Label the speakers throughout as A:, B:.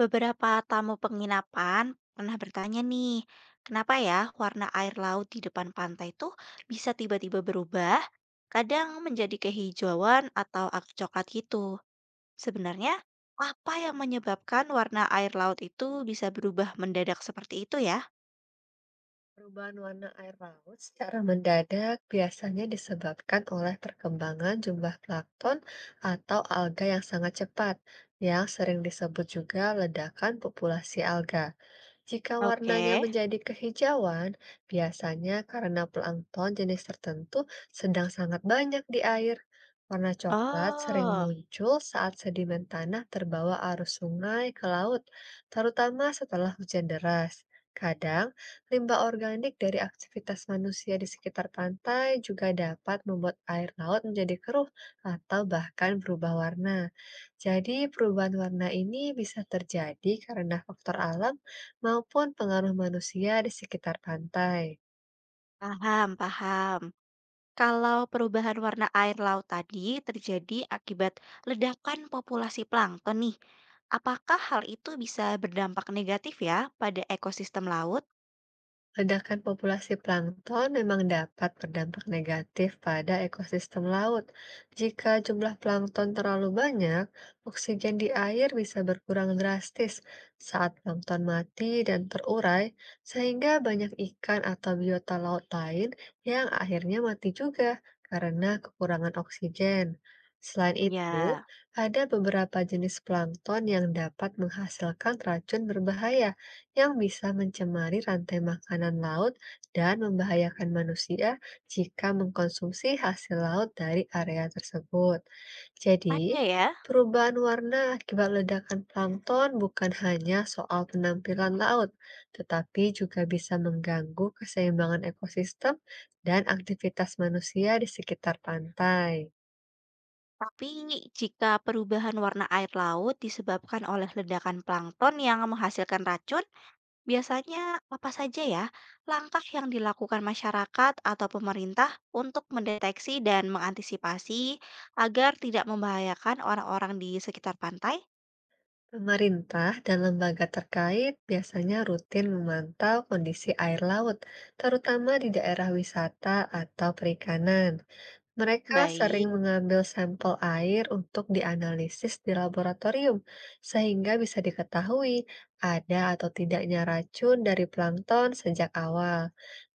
A: Beberapa tamu penginapan pernah bertanya nih, kenapa ya warna air laut di depan pantai tuh bisa tiba-tiba berubah, kadang menjadi kehijauan atau agak coklat gitu. Sebenarnya, apa yang menyebabkan warna air laut itu bisa berubah mendadak seperti itu ya?
B: Perubahan warna air laut secara mendadak biasanya disebabkan oleh perkembangan jumlah plankton atau alga yang sangat cepat, yang sering disebut juga ledakan populasi alga. Jika warnanya
A: Oke.
B: menjadi kehijauan, biasanya karena plankton jenis tertentu sedang sangat banyak di air. Warna coklat sering
A: Oh,
B: muncul saat sedimen tanah terbawa arus sungai ke laut, terutama setelah hujan deras. Kadang Limbah organik dari aktivitas manusia di sekitar pantai juga dapat membuat air laut menjadi keruh atau bahkan berubah warna. Jadi, perubahan warna ini bisa terjadi karena faktor alam maupun pengaruh manusia di sekitar pantai.
A: paham. Kalau perubahan warna air laut tadi terjadi akibat ledakan populasi plankton nih, apakah hal itu bisa berdampak negatif ya pada ekosistem laut?
B: Ledakan populasi plankton memang dapat berdampak negatif pada ekosistem laut. Jika jumlah plankton terlalu banyak, oksigen di air bisa berkurang drastis saat plankton mati dan terurai, sehingga banyak ikan atau biota laut lain yang akhirnya mati juga karena kekurangan oksigen. Selain itu,
A: Ya,
B: ada beberapa jenis plankton yang dapat menghasilkan racun berbahaya yang bisa mencemari rantai makanan laut dan membahayakan manusia jika mengkonsumsi hasil laut dari area tersebut. Jadi,
A: ada ya.
B: perubahan warna akibat ledakan plankton bukan hanya soal penampilan laut, tetapi juga bisa mengganggu keseimbangan ekosistem dan aktivitas manusia di sekitar pantai.
A: Tapi jika perubahan warna air laut disebabkan oleh ledakan plankton yang menghasilkan racun, biasanya apa saja ya langkah yang dilakukan masyarakat atau pemerintah untuk mendeteksi dan mengantisipasi agar tidak membahayakan orang-orang di sekitar pantai?
B: Pemerintah dan lembaga terkait biasanya rutin memantau kondisi air laut, terutama di daerah wisata atau perikanan. Mereka sering
A: Baik,
B: mengambil sampel air untuk dianalisis di laboratorium, sehingga bisa diketahui ada atau tidaknya racun dari plankton sejak awal.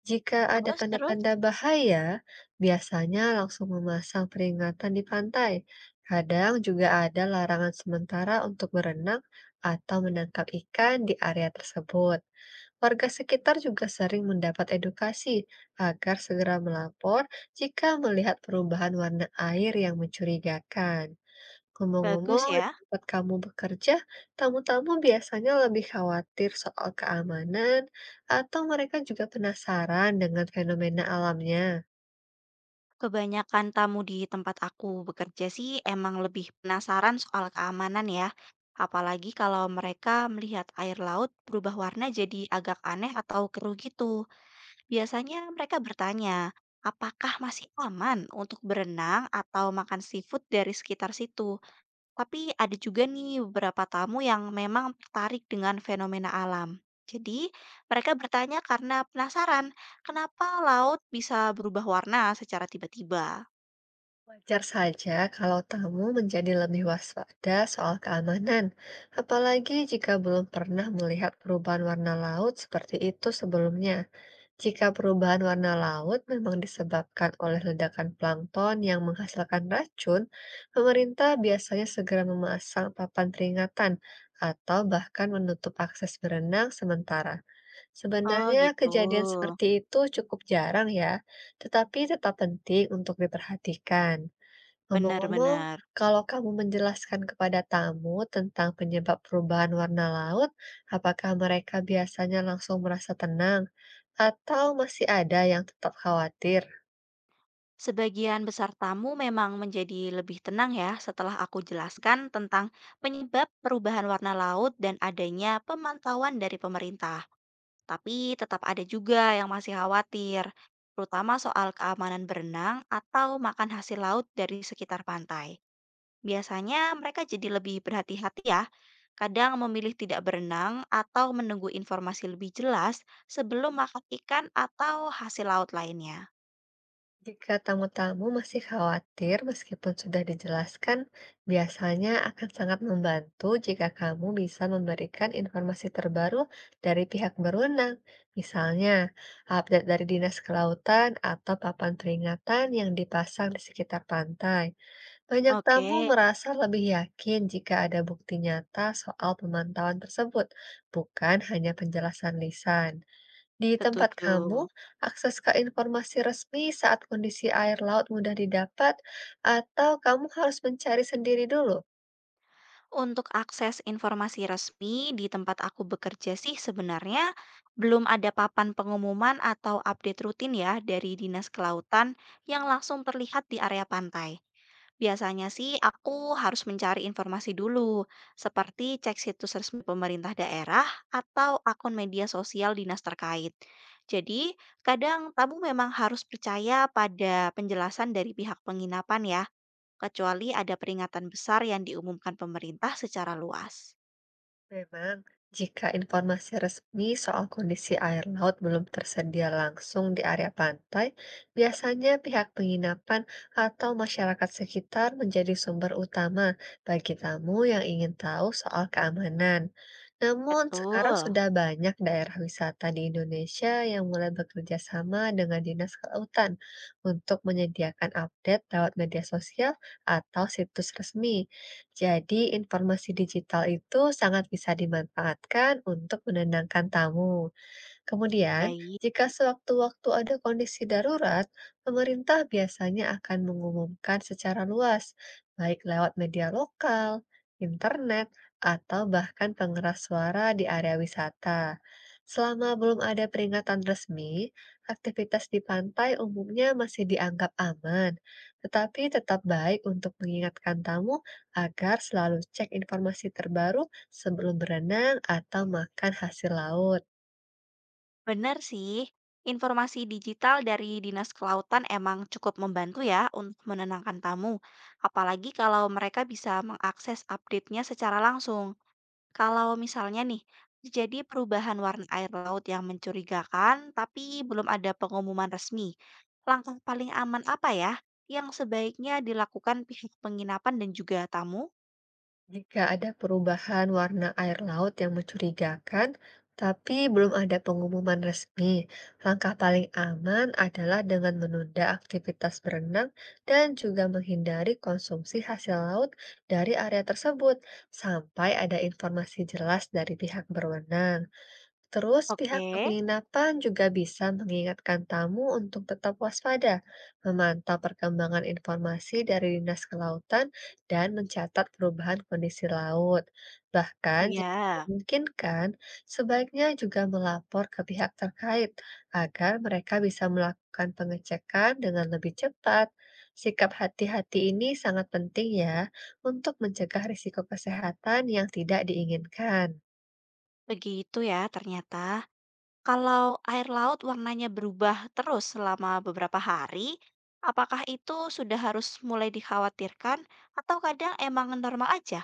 B: Jika ada
A: terus terus?
B: tanda-tanda bahaya, biasanya langsung memasang peringatan di pantai. Kadang juga ada larangan sementara untuk berenang atau menangkap ikan di area tersebut. Warga sekitar juga sering mendapat edukasi agar segera melapor jika melihat perubahan warna air yang mencurigakan.
A: Bagus
B: Ngomong-ngomong, di
A: ya.
B: tempat kamu bekerja, tamu-tamu biasanya lebih khawatir soal keamanan atau mereka juga penasaran dengan fenomena alamnya.
A: Kebanyakan tamu di tempat aku bekerja sih emang lebih penasaran soal keamanan ya. Apalagi kalau mereka melihat air laut berubah warna jadi agak aneh atau keruh gitu. Biasanya mereka bertanya, apakah masih aman untuk berenang atau makan seafood dari sekitar situ? Tapi ada juga nih beberapa tamu yang memang tertarik dengan fenomena alam. Jadi, mereka bertanya karena penasaran, kenapa laut bisa berubah warna secara tiba-tiba?
B: Wajar saja kalau tamu menjadi lebih waspada soal keamanan, apalagi jika belum pernah melihat perubahan warna laut seperti itu sebelumnya. Jika perubahan warna laut memang disebabkan oleh ledakan plankton yang menghasilkan racun, pemerintah biasanya segera memasang papan peringatan atau bahkan menutup akses berenang sementara.
A: Oh,
B: Sebenarnya
A: gitu.
B: kejadian seperti itu cukup jarang ya, tetapi tetap penting untuk diperhatikan. Ngomong-ngomong,
A: Benar-benar.
B: kalau kamu menjelaskan kepada tamu tentang penyebab perubahan warna laut, apakah mereka biasanya langsung merasa tenang atau masih ada yang tetap khawatir?
A: Sebagian besar tamu memang menjadi lebih tenang ya setelah aku jelaskan tentang penyebab perubahan warna laut dan adanya pemantauan dari pemerintah. Tapi tetap ada juga yang masih khawatir, terutama soal keamanan berenang atau makan hasil laut dari sekitar pantai. Biasanya mereka jadi lebih berhati-hati ya, kadang memilih tidak berenang atau menunggu informasi lebih jelas sebelum makan ikan atau hasil laut lainnya.
B: Jika tamu-tamu masih khawatir meskipun sudah dijelaskan, biasanya akan sangat membantu jika kamu bisa memberikan informasi terbaru dari pihak berwenang, misalnya update dari Dinas Kelautan atau papan peringatan yang dipasang di sekitar pantai. Banyak
A: Oke,
B: tamu merasa lebih yakin jika ada bukti nyata soal pemantauan tersebut, bukan hanya penjelasan lisan. Di tempat kamu,
A: setuju.
B: akses ke informasi resmi saat kondisi air laut mudah didapat, atau kamu harus mencari sendiri dulu?
A: Untuk akses informasi resmi di tempat aku bekerja sih sebenarnya belum ada papan pengumuman atau update rutin ya dari Dinas Kelautan yang langsung terlihat di area pantai. Biasanya sih aku harus mencari informasi dulu, seperti cek situs resmi pemerintah daerah atau akun media sosial dinas terkait. Jadi, kadang tamu memang harus percaya pada penjelasan dari pihak penginapan ya kecuali ada peringatan besar yang diumumkan pemerintah secara luas.
B: Memang, jika informasi resmi soal kondisi air laut belum tersedia langsung di area pantai, biasanya pihak penginapan atau masyarakat sekitar menjadi sumber utama bagi tamu yang ingin tahu soal keamanan. Namun, sekarang
A: Betul,
B: sudah banyak daerah wisata di Indonesia yang mulai bekerja sama dengan Dinas Kelautan untuk menyediakan update lewat media sosial atau situs resmi. Jadi informasi digital itu sangat bisa dimanfaatkan untuk menenangkan tamu. Kemudian,
A: baik.
B: jika sewaktu-waktu ada kondisi darurat, pemerintah biasanya akan mengumumkan secara luas, baik lewat media lokal, internet, atau bahkan pengeras suara di area wisata. Selama belum ada peringatan resmi, aktivitas di pantai umumnya masih dianggap aman, tetapi tetap baik untuk mengingatkan tamu agar selalu cek informasi terbaru sebelum berenang atau makan hasil laut.
A: Benar sih, informasi digital dari Dinas Kelautan emang cukup membantu ya untuk menenangkan tamu, apalagi kalau mereka bisa mengakses update-nya secara langsung. Kalau misalnya nih, terjadi perubahan warna air laut yang mencurigakan, tapi belum ada pengumuman resmi. Langkah paling aman apa ya yang sebaiknya dilakukan pihak penginapan dan juga tamu?
B: Jika ada perubahan warna air laut yang mencurigakan, tapi belum ada pengumuman resmi, langkah paling aman adalah dengan menunda aktivitas berenang dan juga menghindari konsumsi hasil laut dari area tersebut sampai ada informasi jelas dari pihak berwenang. Terus pihak
A: Oke,
B: penginapan juga bisa mengingatkan tamu untuk tetap waspada, memantau perkembangan informasi dari Dinas Kelautan, dan mencatat perubahan kondisi laut. Bahkan jika
A: ya
B: memungkinkan, sebaiknya juga melapor ke pihak terkait agar mereka bisa melakukan pengecekan dengan lebih cepat. Sikap hati-hati ini sangat penting ya untuk mencegah risiko kesehatan yang tidak diinginkan.
A: begitu ya ternyata. Kalau air laut warnanya berubah terus selama beberapa hari, apakah itu sudah harus mulai dikhawatirkan atau kadang emang normal aja?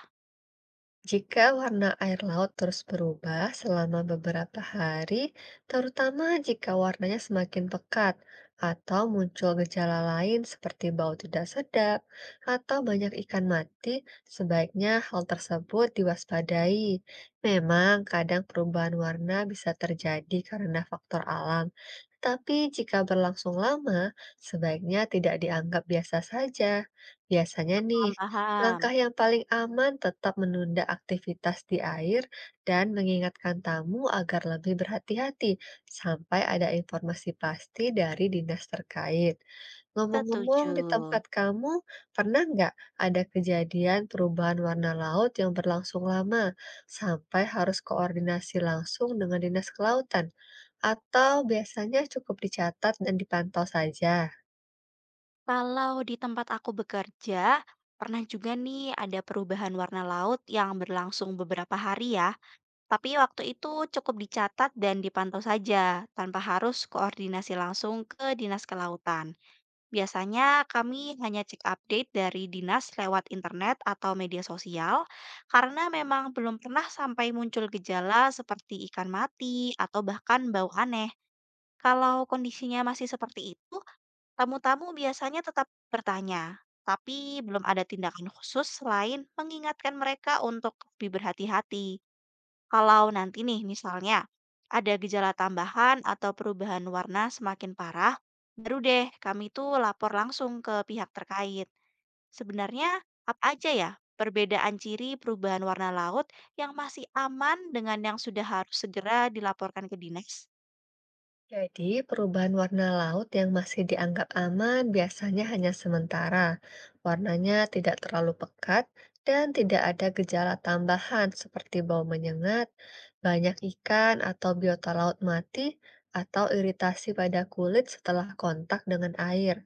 B: Jika warna air laut terus berubah selama beberapa hari, terutama jika warnanya semakin pekat atau muncul gejala lain seperti bau tidak sedap atau banyak ikan mati, sebaiknya hal tersebut diwaspadai. Memang kadang perubahan warna bisa terjadi karena faktor alam, tapi jika berlangsung lama, sebaiknya tidak dianggap biasa saja. Biasanya
A: Paham,
B: nih,
A: paham.
B: Langkah yang paling aman tetap menunda aktivitas di air dan mengingatkan tamu agar lebih berhati-hati sampai ada informasi pasti dari dinas terkait. Ngomong-ngomong,
A: Setuju.
B: di tempat kamu pernah nggak ada kejadian perubahan warna laut yang berlangsung lama sampai harus koordinasi langsung dengan dinas kelautan? Atau biasanya cukup dicatat dan dipantau saja?
A: Kalau di tempat aku bekerja, pernah juga nih ada perubahan warna laut yang berlangsung beberapa hari ya. Tapi waktu itu cukup dicatat dan dipantau saja, tanpa harus koordinasi langsung ke dinas kelautan. Biasanya kami hanya cek update dari dinas lewat internet atau media sosial karena memang belum pernah sampai muncul gejala seperti ikan mati atau bahkan bau aneh. Kalau kondisinya masih seperti itu, tamu-tamu biasanya tetap bertanya, tapi belum ada tindakan khusus selain mengingatkan mereka untuk lebih berhati-hati. Kalau nanti nih misalnya ada gejala tambahan atau perubahan warna semakin parah, baru deh kami tuh lapor langsung ke pihak terkait. Sebenarnya apa aja ya perbedaan ciri perubahan warna laut yang masih aman dengan yang sudah harus segera dilaporkan ke dinas?
B: Jadi, perubahan warna laut yang masih dianggap aman biasanya hanya sementara. Warnanya tidak terlalu pekat dan tidak ada gejala tambahan seperti bau menyengat, banyak ikan atau biota laut mati, atau iritasi pada kulit setelah kontak dengan air.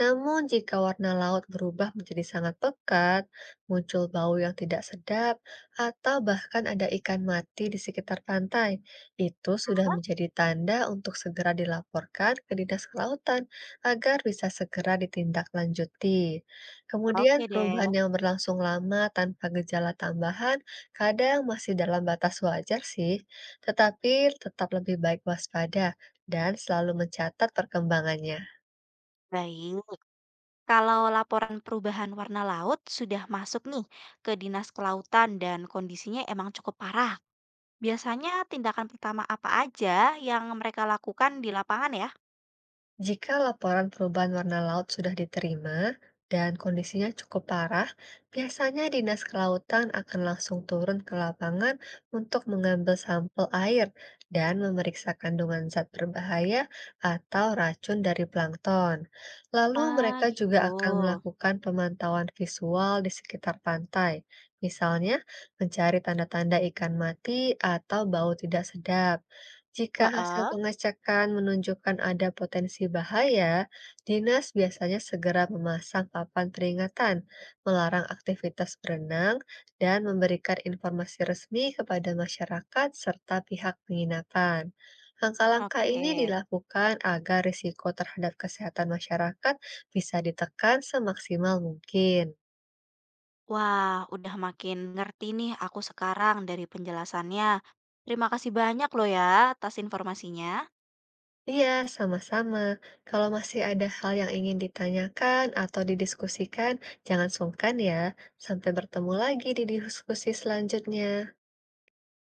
B: Namun, jika warna laut berubah menjadi sangat pekat, muncul bau yang tidak sedap, atau bahkan ada ikan mati di sekitar pantai, itu sudah
A: Hah?
B: menjadi tanda untuk segera dilaporkan ke Dinas Kelautan agar bisa segera ditindaklanjuti. Kemudian,
A: Oke deh.
B: perubahan yang berlangsung lama tanpa gejala tambahan kadang masih dalam batas wajar sih, tetapi tetap lebih baik waspada dan selalu mencatat perkembangannya.
A: Baik. Kalau laporan perubahan warna laut sudah masuk nih ke Dinas Kelautan dan kondisinya emang cukup parah. Biasanya tindakan pertama apa aja yang mereka lakukan di lapangan ya?
B: Jika laporan perubahan warna laut sudah diterima dan kondisinya cukup parah, biasanya Dinas Kelautan akan langsung turun ke lapangan untuk mengambil sampel air dan memeriksa kandungan zat berbahaya atau racun dari plankton. Lalu
A: Ah,
B: mereka juga akan
A: gitu.
B: melakukan pemantauan visual di sekitar pantai, misalnya mencari tanda-tanda ikan mati atau bau tidak sedap. Jika hasil
A: Heeh.
B: pengecekan menunjukkan ada potensi bahaya, dinas biasanya segera memasang papan peringatan, melarang aktivitas berenang, dan memberikan informasi resmi kepada masyarakat serta pihak penginapan. Langkah-langkah
A: Oke.
B: ini dilakukan agar risiko terhadap kesehatan masyarakat bisa ditekan semaksimal mungkin.
A: Wah, udah makin ngerti nih aku sekarang dari penjelasannya. Terima kasih banyak loh ya atas informasinya.
B: Iya, sama-sama. Kalau masih ada hal yang ingin ditanyakan atau didiskusikan, jangan sungkan ya. Sampai bertemu lagi di diskusi selanjutnya.